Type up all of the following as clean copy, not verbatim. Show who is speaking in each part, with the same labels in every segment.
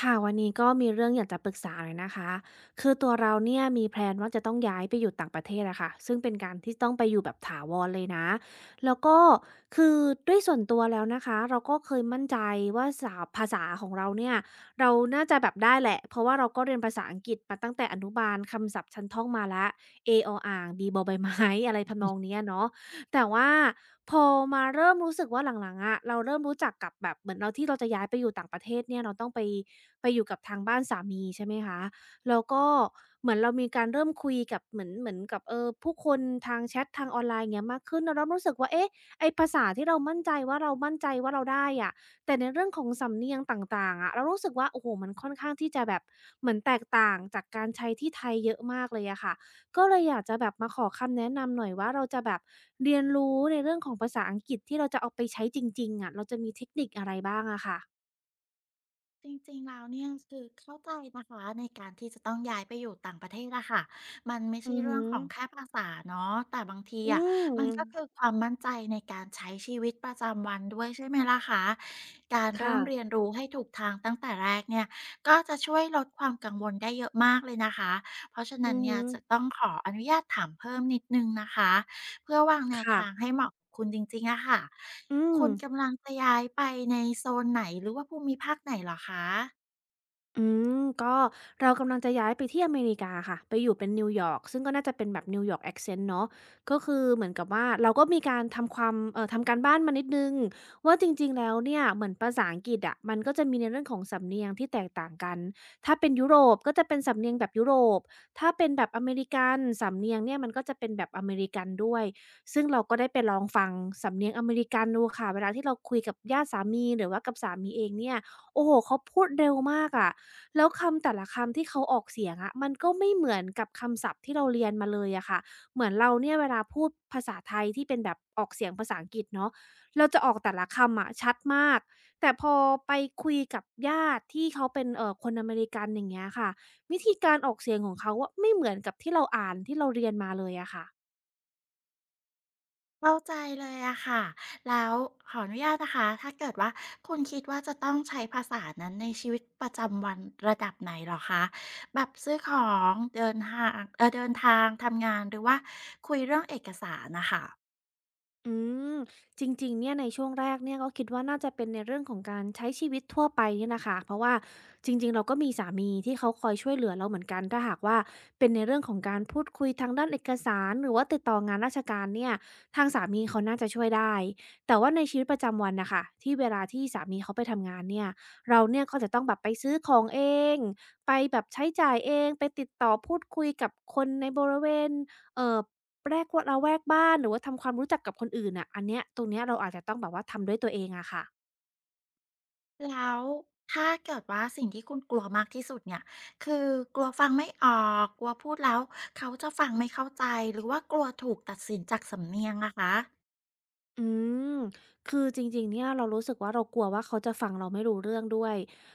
Speaker 1: ค่ะวันนี้ก็มีเรื่องอยากจะปรึกษาหน่อยนะคะคือตัวเราเนี่ยมีแพลนว่าจะต้องย้ายไปอยู่ต่างประเทศอะค่ะซึ่งเป็นการที่ต้องไปอยู่แบบถาวรเลยนะแล้วก็คือด้วยส่วนตัวแล้วนะคะเราก็เคยมั่นใจว่าภาษาของเราเนี่ยเราน่าจะแบบได้แหละเพราะว่าเราก็เรียนภาษาอังกฤษมาตั้งแต่อนุบาลคำศัพท์ชั้นท่องมาละเอออ่างบีบอใบไม้อะไรทำนองเนี้ยเนาะ แต่ว่าพอมาเริ่มรู้สึกว่าหลังๆอะเราเริ่มรู้จักกับแบบเหมือนเราที่เราจะย้ายไปอยู่ต่างประเทศเนี่ยเราต้องไปอยู่กับทางบ้านสามีใช่ไหมคะแล้วก็เหมือนเรามีการเริ่มคุยกับเหมือนกับผู้คนทางแชตทางออนไลน์อย่างเงี้ยมากขึ้นเราเริ่มรู้สึกว่าเอ๊ะไอ้ภาษาที่เรามั่นใจว่าเรามั่นใจว่าเราได้อะแต่ในเรื่องของสำเนียงต่างๆอะเรารู้สึกว่าโอ้โฮมันค่อนข้างที่จะแบบเหมือนแตกต่างจากการใช้ที่ไทยเยอะมากเลยอะค่ะ ก็เลยอยากจะแบบมาขอคำแนะนำหน่อยว่าเราจะแบบเรียนรู้ในเรื่องของภาษาอังกฤษที่เราจะเอาไปใช้จริงๆอะเราจะมีเทคนิคอะไรบ้างอะค่ะ
Speaker 2: จริงๆแล้วเนี่ยคือเข้าใจนะคะในการที่จะต้องย้ายไปอยู่ต่างประเทศอะค่ะมันไม่ใช่
Speaker 1: อือ
Speaker 2: เรื่
Speaker 1: ฮึ
Speaker 2: องของแค่ภาษาเนาะแต่บางที
Speaker 1: อื
Speaker 2: อะ
Speaker 1: ม
Speaker 2: มันก็คือความมั่นใจในการใช้ชีวิตประจำวันด้วยใช่ไหมล่ะคะการเริ่มเรี
Speaker 1: ค่ะ
Speaker 2: ยนรู้ให้ถูกทางตั้งแต่แรกเนี่ยก็จะช่วยลดความกังวลได้เยอะมากเลยนะคะเพราะฉะ
Speaker 1: อื
Speaker 2: นั้น
Speaker 1: อ
Speaker 2: เนี่
Speaker 1: ฮึ
Speaker 2: ยจะต้องขออนุญาตถามเพิ่มนิดนึงนะคะ เพื่อวางแนว
Speaker 1: ค่ะ
Speaker 2: ทางให้เหมาะกับคุณจริงๆอะค่ะ
Speaker 1: อืม
Speaker 2: คุณกำลังจะย้ายไปในโซนไหนหรือว่าภูมิภาคไหนเหรอคะ
Speaker 1: อืก็เรากำลังจะย้ายไปที่อเมริกาค่ะไปอยู่เป็นนิวยอร์กซึ่งก็น่าจะเป็นแบบนิวยอร์ก accent เนาะก็คือเหมือนกับว่าเราก็มีการทำความเอ่อทำการบ้านมานิดหนึ่งว่าจริงๆแล้วเนี่ยเหมือนภาษาอังกฤษอะมันก็จะมีในเรื่องของสำเนียงที่แตกต่างกันถ้าเป็นยุโรปก็จะเป็นสำเนียงแบบยุโรปถ้าเป็นแบบอเมริกันสำเนียงเนี่ยมันก็จะเป็นแบบอเมริกันด้วยซึ่งเราก็ได้ไปลองฟังสำเนียงอเมริกันดูค่ะเวลาที่เราคุยกับญาติสามีหรือว่ากับสามีเองเนี่ยโอ้โฮเขาพูดเร็วมากอะ แล้วคำแต่ละคำที่เขาออกเสียงอะมันก็ไม่เหมือนกับคำศัพท์ที่เราเรียนมาเลยอะค่ะเหมือนเราเนี่ยเวลาพูดภาษาไทยที่เป็นแบบออกเสียงภาษาอังกฤษเนาะเราจะออกแต่ละคำอะชัดมากแต่พอไปคุยกับญาติที่เขาเป็นคนอเมริกันอย่างเงี้ยค่ะวิธีการออกเสียงของเขาอะไม่เหมือนกับที่เราอ่านที่เราเรียนมาเลยอะค่ะ
Speaker 2: เข้าใจเลยอะค่ะ แล้วขออนุญาตนะคะ ถ้าเกิดว่าคุณคิดว่าจะต้องใช้ภาษานั้นในชีวิตประจำวันระดับไหนเหรอคะ แบบซื้อของเดินห่างเดินทางทำงานหรือว่าคุยเรื่องเอกสารน่ะค่ะ
Speaker 1: อืมจริงๆเนี่ยในช่วงแรกเนี่ยก็คิดว่าน่าจะเป็นในเรื่องของการใช้ชีวิตทั่วไปเนี่ยนะคะเพราะว่าจริงๆเราก็มีสามีที่เขาคอยช่วยเหลือเราเหมือนกันถ้าหากว่าเป็นในเรื่องของการพูดคุยทางด้านเอกสารหรือว่าติดต่องานราชการเนี่ยทางสามีเขาน่าจะช่วยได้แต่ว่าในชีวิตประจำวันน่ะค่ะที่เวลาที่สามีเขาไปทำงานเนี่ยเราเนี่ยก็จะต้องแบบไปซื้อของเองไปแบบใช้จ่ายเองไปติดต่อพูดคุยกับคนในบริเวณเอ่อ แรกวระแวกบ้านหรือว่าทำความรู้จักกับคนอื่นน่ะอันเนี้ยตรงเนี้ยเราอาจจะต้องแบบว่าทำด้วยตัวเองอะค่ะ
Speaker 2: แล้วถ้าเกิดว่าสิ่งที่คุณกลัวมากที่สุดเนี่ยคือกลัวฟังไม่ออกกลัวพูดแล้วเขาจะฟังไม่เข้าใจหรือว่ากลัวถูกตัดสินจากสำเนียงอะคะ
Speaker 1: อืม คือจริงๆเนี่ยเรารู้สึกว่าเรากลัวว่าเขาจะฟังเราไม่รู้เรื่องด้วย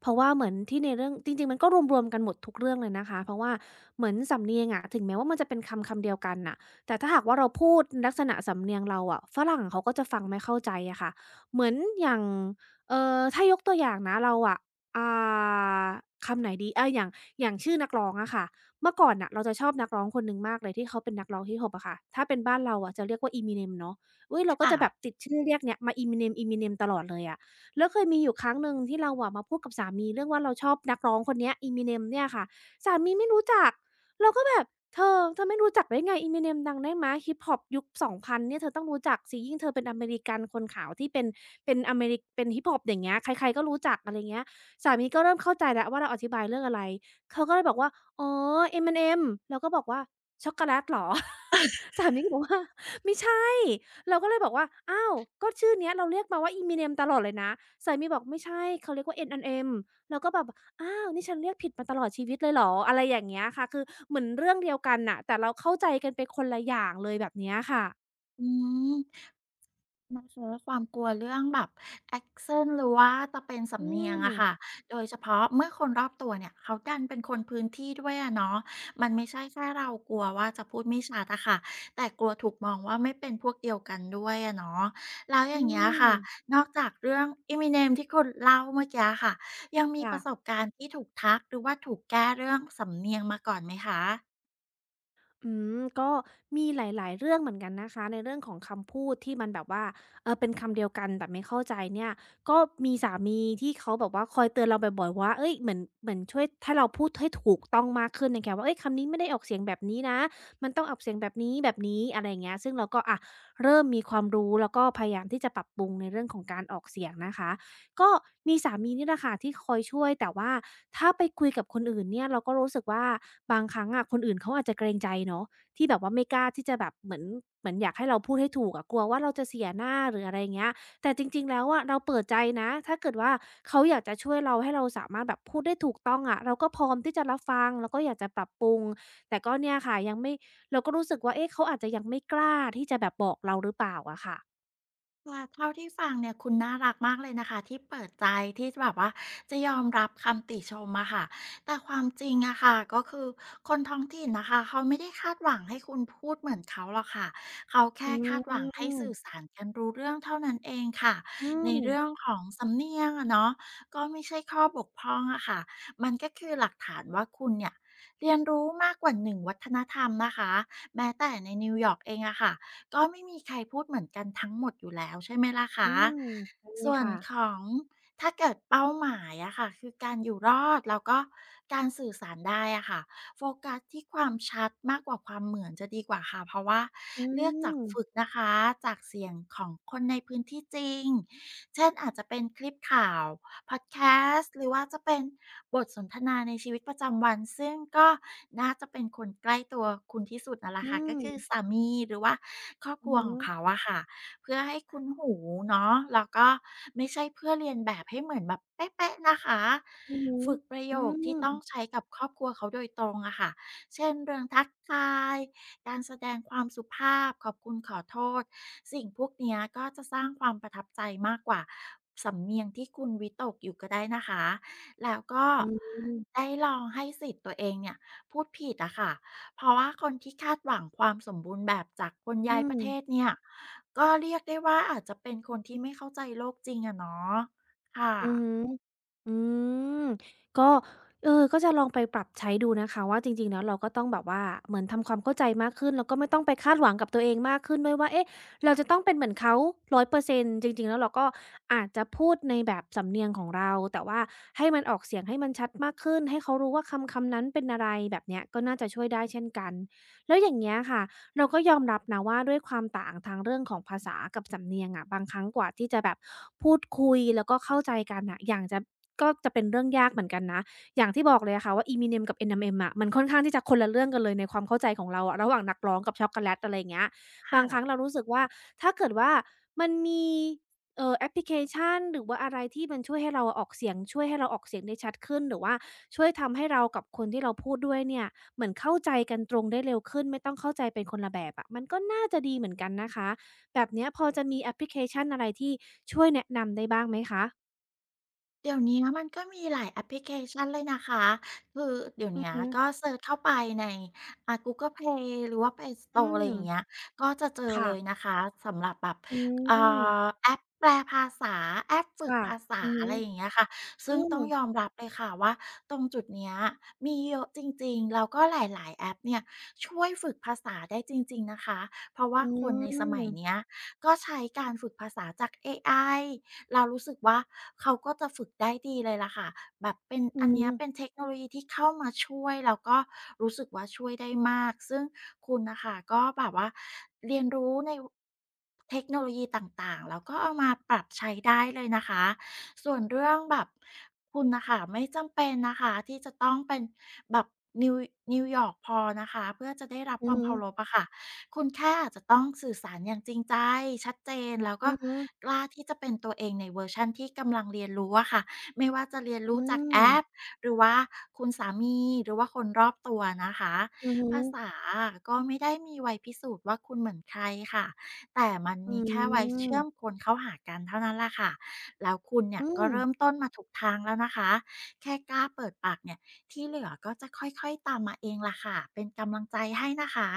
Speaker 1: เพราะว่าเหมือนที่ในเรื่องจริงๆมันก็รวมๆกันหมดทุกเรื่องเลยนะคะ เพราะว่าเหมือนสำเนียงอะถึงแม้ว่ามันจะเป็นคำคำเดียวกันน่ะแต่ถ้าหากว่าเราพูดลักษณะสำเนียงเราอะฝรั่งเขาก็จะฟังไม่เข้าใจอะค่ะเหมือนอย่างถ้ายกตัวอย่างนะเราอะอ่าคำไหนดีอาอย่างอย่างชื่อนักร้องอะค่ะเมื่อก่อนน่ะเราจะชอบนักร้องคนหนึ่งมากเลยที่เขาเป็นนักร้องฮิปฮอปอะค่ะถ้าเป็นบ้านเราอะจะเรียกว่า Eminem เนาะ อุ๊ยเราก็
Speaker 2: ค่ะ
Speaker 1: จะแบบติดชื่อเรียกเนี่ยมา Eminem Eminem ตลอดเลยอะแล้วเคยมีอยู่ครั้งหนึ่งที่เราอะมาพูดกับสามีเรื่องว่าเราชอบนักร้องคนเนี้ย Eminem เนี่ยค่ะสามีไม่รู้จักเราก็แบบเธอไม่รู้จักได้ไง Eminem ดังได้ไหมั้ฮิปฮอปยุค2000เนี่ยเธอต้องรู้จักสิยิ่งเธอเป็นอเมริกันคนขาวที่เป็นอเมริเป็นฮิปฮอปอย่างเงี้ยใครๆก็รู้จักอะไรเงี้ยสามีก็เริ่มเข้าใจแล้วว่าเราอธิบายเรื่องอะไรเขาก็เลยบอกว่าอ๋อ Eminem" เราก็บอกว่าช็อกโกแลตเหรอ สามีก็บอกว่าไม่ใช่ เราก็เลยบอกว่า อ้าว ก็ชื่อเนี้ยเราเรียกมาว่า Eminem ตลอดเลยนะสามีบอกไม่ใช่เขาเรียกว่า N&M" เราก็แบบ อ้าวนี่ฉันเรียกผิดมาตลอดชีวิตเลยเหรอ อะไรอย่างเงี้ยค่ะ คือเหมือนเรื่องเดียวกันน่ะแต่เราเข้าใจกันไปคนละอย่างเลยแบบเนี้ยค่ะ
Speaker 2: อืมนะคะความกลัวเรื่องแบบ accent หรือว่าจะเป็น
Speaker 1: อื
Speaker 2: สำเนียง
Speaker 1: ม
Speaker 2: อะค่ะโดยเฉพาะเมื่อคนรอบตัวเนี่ยเขาดันเป็นคนพื้นที่ด้วยอะเนาะมันไม่ใช่แค่เรากลัวว่าจะพูดไม่ชัดอะค่ะแต่กลัวถูกมองว่าไม่เป็นพวกเดียวกันด้วยอะเนาะแล้วอ
Speaker 1: อื
Speaker 2: ย่างเงี้ย
Speaker 1: ม
Speaker 2: ค่ะนอกจากเรื่อง Eminem ที่คุณเล่าเมื่อกี้ค่ะยังมีป
Speaker 1: ค่ะ
Speaker 2: ระสบการณ์ที่ถูกทักหรือว่าถูกแก้เรื่องสำเนียงมาก่อนไหมคะ
Speaker 1: อืมก็มีหลายๆเรื่องเหมือนกันนะคะในเรื่องของคำพูดที่มันแบบว่าเออเป็นคำเดียวกันแต่ไม่เข้าใจเนี่ยก็มีสามีที่เขาแบบว่าคอยเตือนเราบ่อยๆว่าเฮ้ยเหมือนช่วยให้เราพูดให้ถูกต้องมากขึ้นในแง่ารว่าเฮ้ยคำนี้ไม่ได้ออกเสียงแบบนี้นะมันต้องออกเสียงแบบนี้แบบนี้อะไรอย่างเงี้ยซึ่งเราก็อะเริ่มมีความรู้แล้วก็พยายามที่จะปรับปรุงในเรื่องของการออกเสียงนะคะ ก็มีสามีนี่แหละค่ะที่คอยช่วยแต่ว่าถ้าไปคุยกับคนอื่นเนี่ยเราก็รู้สึกว่าบางครั้งอะคนอื่นเขาอาจจะเกรงใจเนาะที่แบบว่าไม่กล้าที่จะแบบเหมือนอยากให้เราพูดให้ถูกอะกลัวว่าเราจะเสียหน้าหรืออะไรอย่างเงี้ยแต่จริงๆแล้วอะเราเปิดใจนะถ้าเกิดว่าเขาอยากจะช่วยเราให้เราสามารถแบบพูดได้ถูกต้องอะเราก็พร้อมที่จะรับฟังแล้วก็อยากจะปรับปรุงแต่ก็เนี่ยค่ะยังไม่เราก็รู้สึกว่าเอ๊ะเขาอาจจะยังไม่กล้าที่จะแบบบอกเราหรือเปล่าอะค่ะ
Speaker 2: ค่ะเท่าที่ฟังเนี่ยคุณน่ารักมากเลยนะคะที่เปิดใจที่แบบว่าจะยอมรับคำติชมอะค่ะแต่ความจริงอะค่ะก็คือคนท้องถิ่นนะคะเขาไม่ได้คาดหวังให้คุณพูดเหมือนเขาหรอกค่ะเขา
Speaker 1: อื
Speaker 2: แค่คาดหวังให้
Speaker 1: ม
Speaker 2: สื่อสารกันรู้เรื่องเท่านั้นเองค่ะ
Speaker 1: อื
Speaker 2: ใน
Speaker 1: ม
Speaker 2: เรื่องของสำเนียงอะเนาะก็ไม่ใช่ข้อบกพร่องอะค่ะมันก็คือหลักฐานว่าคุณเนี่ยเรียนรู้มากกว่าหนึ่งวัฒนธรรมนะคะแม้แต่ในนิวยอร์กเองอะค่ะ ก็ไม่มีใครพูดเหมือนกันทั้งหมดอยู่แล้วใช่ไหมล่ะ
Speaker 1: อื
Speaker 2: คะ
Speaker 1: มใช่ไหม
Speaker 2: ส่วน
Speaker 1: คะ
Speaker 2: ของถ้าเกิดเป้าหมายอะค่ะคือการอยู่รอดแล้วก็การสื่อสารได้อะค่ะโฟกัสที่ความชัดมากกว่าความเหมือนจะดีกว่าค่ะเพราะว่า
Speaker 1: อื
Speaker 2: เลือกจาก
Speaker 1: ม
Speaker 2: ฝึกนะคะจากเสียงของคนในพื้นที่จริงเช่นอาจจะเป็นคลิปข่าว พอดแคสต์หรือว่าจะเป็นบทสนทนาในชีวิตประจำวันซึ่งก็น่าจะเป็นคนใกล้ตัวคุณที่สุดนั่นแหละ
Speaker 1: อื
Speaker 2: ค่ะก็
Speaker 1: ม
Speaker 2: คือสามีหรือว่าครอบค
Speaker 1: อือ
Speaker 2: รัวขอ
Speaker 1: ฮึ
Speaker 2: งเขาอะค่ะเพื่อให้คุ้นหูเนาะแล้วก็ไม่ใช่เพื่อเลียนแบบให้เหมือนแบบเป๊ะๆนะคะ
Speaker 1: อือฮึ
Speaker 2: ฝึกประโย
Speaker 1: อื
Speaker 2: คที่
Speaker 1: ม
Speaker 2: ต้องใช้กับครอบครัวเขาโดยตรงอะค่ะเช่นเรื่องทักทาย การแสดงความสุภาพขอบคุณขอโทษสิ่งพวกเนี้ยก็จะสร้างความประทับใจมากกว่าสำเนียงที่คุณวิตกอยู่ก็ได้นะคะแล้วก็
Speaker 1: อืม
Speaker 2: ได้ลองให้สิทธิ์ตัวเองเนี่ยพูดผิดอะค่ะเพราะว่าคนที่คาดหวังความสมบูรณ์แบบจากคนย้า
Speaker 1: อื
Speaker 2: ยป
Speaker 1: ม
Speaker 2: ระเทศเนี่ยก็เรียกได้ว่าอาจจะเป็นคนที่ไม่เข้าใจโลกจริงอะเนาะค่ะ
Speaker 1: อือฮึอืมก็เออก็จะลองไปปรับใช้ดูนะคะว่าจริงๆแล้วเราก็ต้องแบบว่าเหมือนทำความเข้าใจมากขึ้นแล้วก็ไม่ต้องไปคาดหวังกับตัวเองมากขึ้นด้วยว่าเอ๊ะเราจะต้องเป็นเหมือนเขา100%จริงๆแล้วเราก็อาจจะพูดในแบบสำเนียงของเราแต่ว่าให้มันออกเสียงให้มันชัดมากขึ้นให้เขารู้ว่าคำคำนั้นเป็นอะไรแบบเนี้ยก็น่าจะช่วยได้เช่นกันแล้วอย่างเงี้ยค่ะ เราก็ยอมรับนะว่าด้วยความต่างทางเรื่องของภาษากับสำเนียงอะบางครั้งกว่าที่จะแบบพูดคุยแล้วก็เข้าใจกันอ่ะอย่างจะก็จะเป็นเรื่องยากเหมือนกันนะอย่างที่บอกเลยอะค่ะว่า Eminem กับ Eminem อะมันค่อนข้างที่จะคนละเรื่องกันเลยในความเข้าใจของเราอะระหว่างนักร้องกับช็อกโกแลตอะไรอย่างเงี้ยบา
Speaker 2: ค่ะ
Speaker 1: งครั้งเรารู้สึกว่าถ้าเกิดว่ามันมีแอปพลิเคชันหรือว่าอะไรที่มันช่วยให้เราออกเสียงช่วยให้เราออกเสียงได้ชัดขึ้นหรือว่าช่วยทำให้เรากับคนที่เราพูดด้วยเนี่ย เหมือนเข้าใจกันตรงได้เร็วขึ้นไม่ต้องเข้าใจเป็นคนละแบบอะมันก็น่าจะดีเหมือนกันนะคะแบบเนี้ยพอจะมีแอปพลิเคชันอะไรที่ช่วยแนะนำได้บ้างไหมคะ
Speaker 2: เดี๋ยวนี้มันก็มีหลายแอปพลิเคชันเลยนะคะคือเดี๋ยว
Speaker 1: อือ
Speaker 2: เนี้ย
Speaker 1: ฮึ
Speaker 2: ก็เซิร์ชเข้าไปในGoogle Play หรือว่า Play
Speaker 1: อื
Speaker 2: Store อะไร
Speaker 1: ม
Speaker 2: อย่างเงี้ยก็จะเจอเลย
Speaker 1: ค่ะ
Speaker 2: นะคะสำหรับแบบ
Speaker 1: อื
Speaker 2: เอ่
Speaker 1: ม
Speaker 2: แอปแปลภาษาแอปฝึก
Speaker 1: ค่ะ
Speaker 2: ภาษา
Speaker 1: อือ
Speaker 2: อะ
Speaker 1: ฮึ
Speaker 2: ไรอย่างเงี้ยค่ะ
Speaker 1: อื
Speaker 2: ซึ่ง
Speaker 1: ม
Speaker 2: ต้องยอมรับเลยค่ะว่าตรงจุดเนี้ยมีเยอะจริงๆแล้วก็หลายๆแอปเนี่ยช่วยฝึกภาษาได้จริงๆนะคะเพราะว่า
Speaker 1: อื
Speaker 2: คนในสมั
Speaker 1: ม
Speaker 2: ยเนี้ยก็ใช้การฝึกภาษาจากAI เรารู้สึกว่าเขาก็จะฝึกได้ดีเลยล่ะค่ะแบบเป็น
Speaker 1: อื
Speaker 2: อั
Speaker 1: อ
Speaker 2: น
Speaker 1: ฮึ
Speaker 2: เนี้ยเป็นเทคโนโลยีที่เข้ามาช่วยแล้วก็รู้สึกว่าช่วยได้มากซึ่งคุณน่ะค่ะก็แบบว่าเรียนรู้ในเทคโนโลยีต่างๆแล้วก็เอามาปรับใช้ได้เลยนะคะส่วนเรื่องแบบคุณน่ะค่ะไม่จำเป็นนะคะที่จะต้องเป็นแบบนิวนิวยอร์กพอนะคะเพื่อจะได้รับ
Speaker 1: อื
Speaker 2: ความ
Speaker 1: อ
Speaker 2: เคารพอะค่ะ คุณแค่อาจจะต้องสื่อสารอย่างจริงใจชัดเจนแล้ว
Speaker 1: ฮ
Speaker 2: ก็
Speaker 1: ึ
Speaker 2: กล้าที่จะเป็นตัวเองในเวอร์ชันที่กำลังเรียนรู้อะค่ะไม่ว่าจะเรียน
Speaker 1: อือ
Speaker 2: รู้
Speaker 1: ฮ
Speaker 2: จากแอป
Speaker 1: ึ
Speaker 2: หรือว่าคุณสามีหรือว่าคนรอบตัวนะคะ
Speaker 1: อืมอือ
Speaker 2: ภาษา
Speaker 1: ฮึ
Speaker 2: อะก็ไม่ได้มีไว้พิสูจน์ว่าคุณเหมือนใครค่ะแต่มัน
Speaker 1: อื
Speaker 2: มีแค่ไว้เชื่อมค
Speaker 1: ม
Speaker 2: นเข้าหากันเท่านั้นแหละค่ะแล้วคุณเนี่ย
Speaker 1: อื
Speaker 2: ก็
Speaker 1: ม
Speaker 2: เริ่มต้นมาถูกทางแล้วนะคะแค่กล้าเปิดปากเนี่ยที่เหลือก็จะค่อยๆตามมาเองล่ะค่ะเป็นกำลังใจให้นะคะ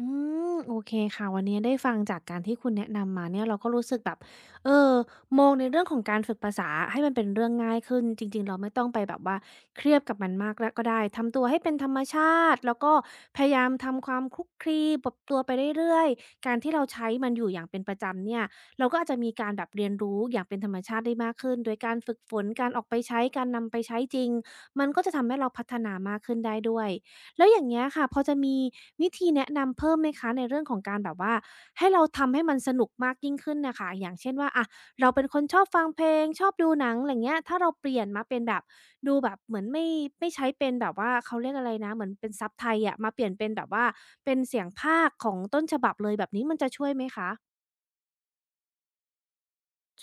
Speaker 1: อืมโอเคค่ะวันนี้ได้ฟังจากการที่คุณแนะนำมาเนี่ยเราก็รู้สึกแบบเออมองในเรื่องของการฝึกภาษาให้มันเป็นเรื่องง่ายขึ้นจริงๆเราไม่ต้องไปแบบว่าเครียดกับมันมากแล้วก็ได้ทำตัวให้เป็นธรรมชาติแล้วก็พยายามทำความคลุกคลีปรับตัวไปเรื่อยๆการที่เราใช้มันอยู่อย่างเป็นประจำเนี่ยเราก็อาจจะมีการแบบเรียนรู้อย่างเป็นธรรมชาติได้มากขึ้นโดยการฝึกฝนการออกไปใช้การนำไปใช้จริงมันก็จะทำให้เราพัฒนามากขึ้นได้ด้วย แล้วอย่างเงี้ยค่ะพอจะมีวิธีแนะนำเพิ่มไหมคะในเรื่องของการแบบว่าให้เราทำให้มันสนุกมากยิ่งขึ้นน่ะค่ะอย่างเช่นว่าอะเราเป็นคนชอบฟังเพลงชอบดูหนังไรเงี้ยถ้าเราเปลี่ยนมาเป็นแบบดูแบบเหมือนไม่ใช้เป็นแบบว่าเขาเรียกอะไรนะเหมือนเป็นซับไทยอะมาเปลี่ยนเป็นแบบว่าเป็นเสียงพากย์ของต้นฉบับเลยแบบนี้มันจะช่วยไหมคะ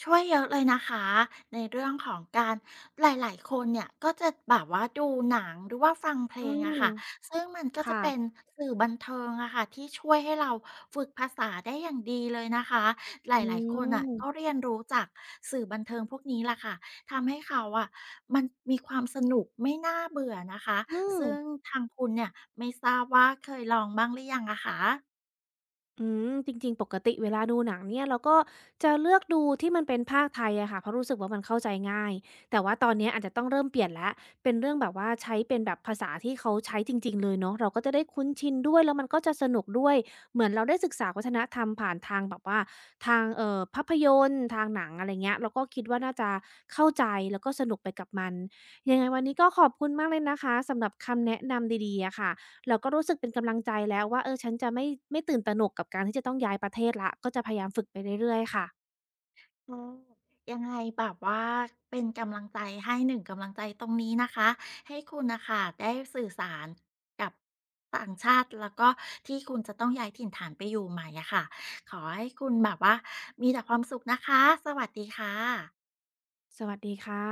Speaker 2: ช่วยเยอะเลยนะคะในเรื่องของการหลาย ๆ คนเนี่ยก็จะแบบว่าดูหนังหรือว่าฟังเพล
Speaker 1: อื
Speaker 2: ง
Speaker 1: ม
Speaker 2: อะค่ะซึ่งมันก็
Speaker 1: ค
Speaker 2: จะเป็น
Speaker 1: ่ะ
Speaker 2: สื่อบันเทิงอะค่ะที่ช่วยให้เราฝึกภาษาได้อย่างดีเลยนะคะหล
Speaker 1: อื
Speaker 2: าย ๆ คนอ่ะก็
Speaker 1: ม
Speaker 2: เรียนรู้จากสื่อบันเทิงพวกนี้ล่ะค่ะทำให้เขาอะมันมีความสนุกไม่น่าเบื่อนะคะ
Speaker 1: อืม
Speaker 2: ซึ่งทางคุณเนี่ยไม่ทราบว่าเคยลองบ้างหรือยังอะคะ
Speaker 1: อืมจริงๆปกติเวลาดูหนังเนี่ยเราก็จะเลือกดูที่มันเป็นภาคไทยอะค่ะเพราะรู้สึกว่ามันเข้าใจง่ายแต่ว่าตอนเนี้ยอาจจะต้องเริ่มเปลี่ยนแล้วเป็นเรื่องแบบว่าใช้เป็นแบบภาษาที่เขาใช้จริงๆเลยเนาะเราก็จะได้คุ้นชินด้วยแล้วมันก็จะสนุกด้วยเหมือนเราได้ศึกษาวัฒนธรรมผ่านทางแบบว่าทางภาพยนตร์ทางหนังอะไรเงี้ยเราก็คิดว่าน่าจะเข้าใจแล้วก็สนุกไปกับมันยังไงวันนี้ก็ขอบคุณมากเลยนะคะสำหรับคำแนะนำดีๆอะค่ะ เราก็รู้สึกเป็นกำลังใจแล้วว่าเออฉันจะไม่ตื่นตระหนกกับการที่จะต้องย้ายประเทศแล้วก็จะพยายามฝึกไปเรื่อยๆค่ะ
Speaker 2: โอยังไงแบบว่าเป็นกำลังใจให้หนึ่งกำลังใจตรงนี้นะคะให้คุณนะคะได้สื่อสารกับต่างชาติแล้วก็ที่คุณจะต้องย้ายถิ่นฐานไปอยู่ใหม่อะค่ะขอให้คุณแบบว่ามีแต่ความสุขนะคะสวัสดีค่ะ
Speaker 1: สวัสดีค่ะ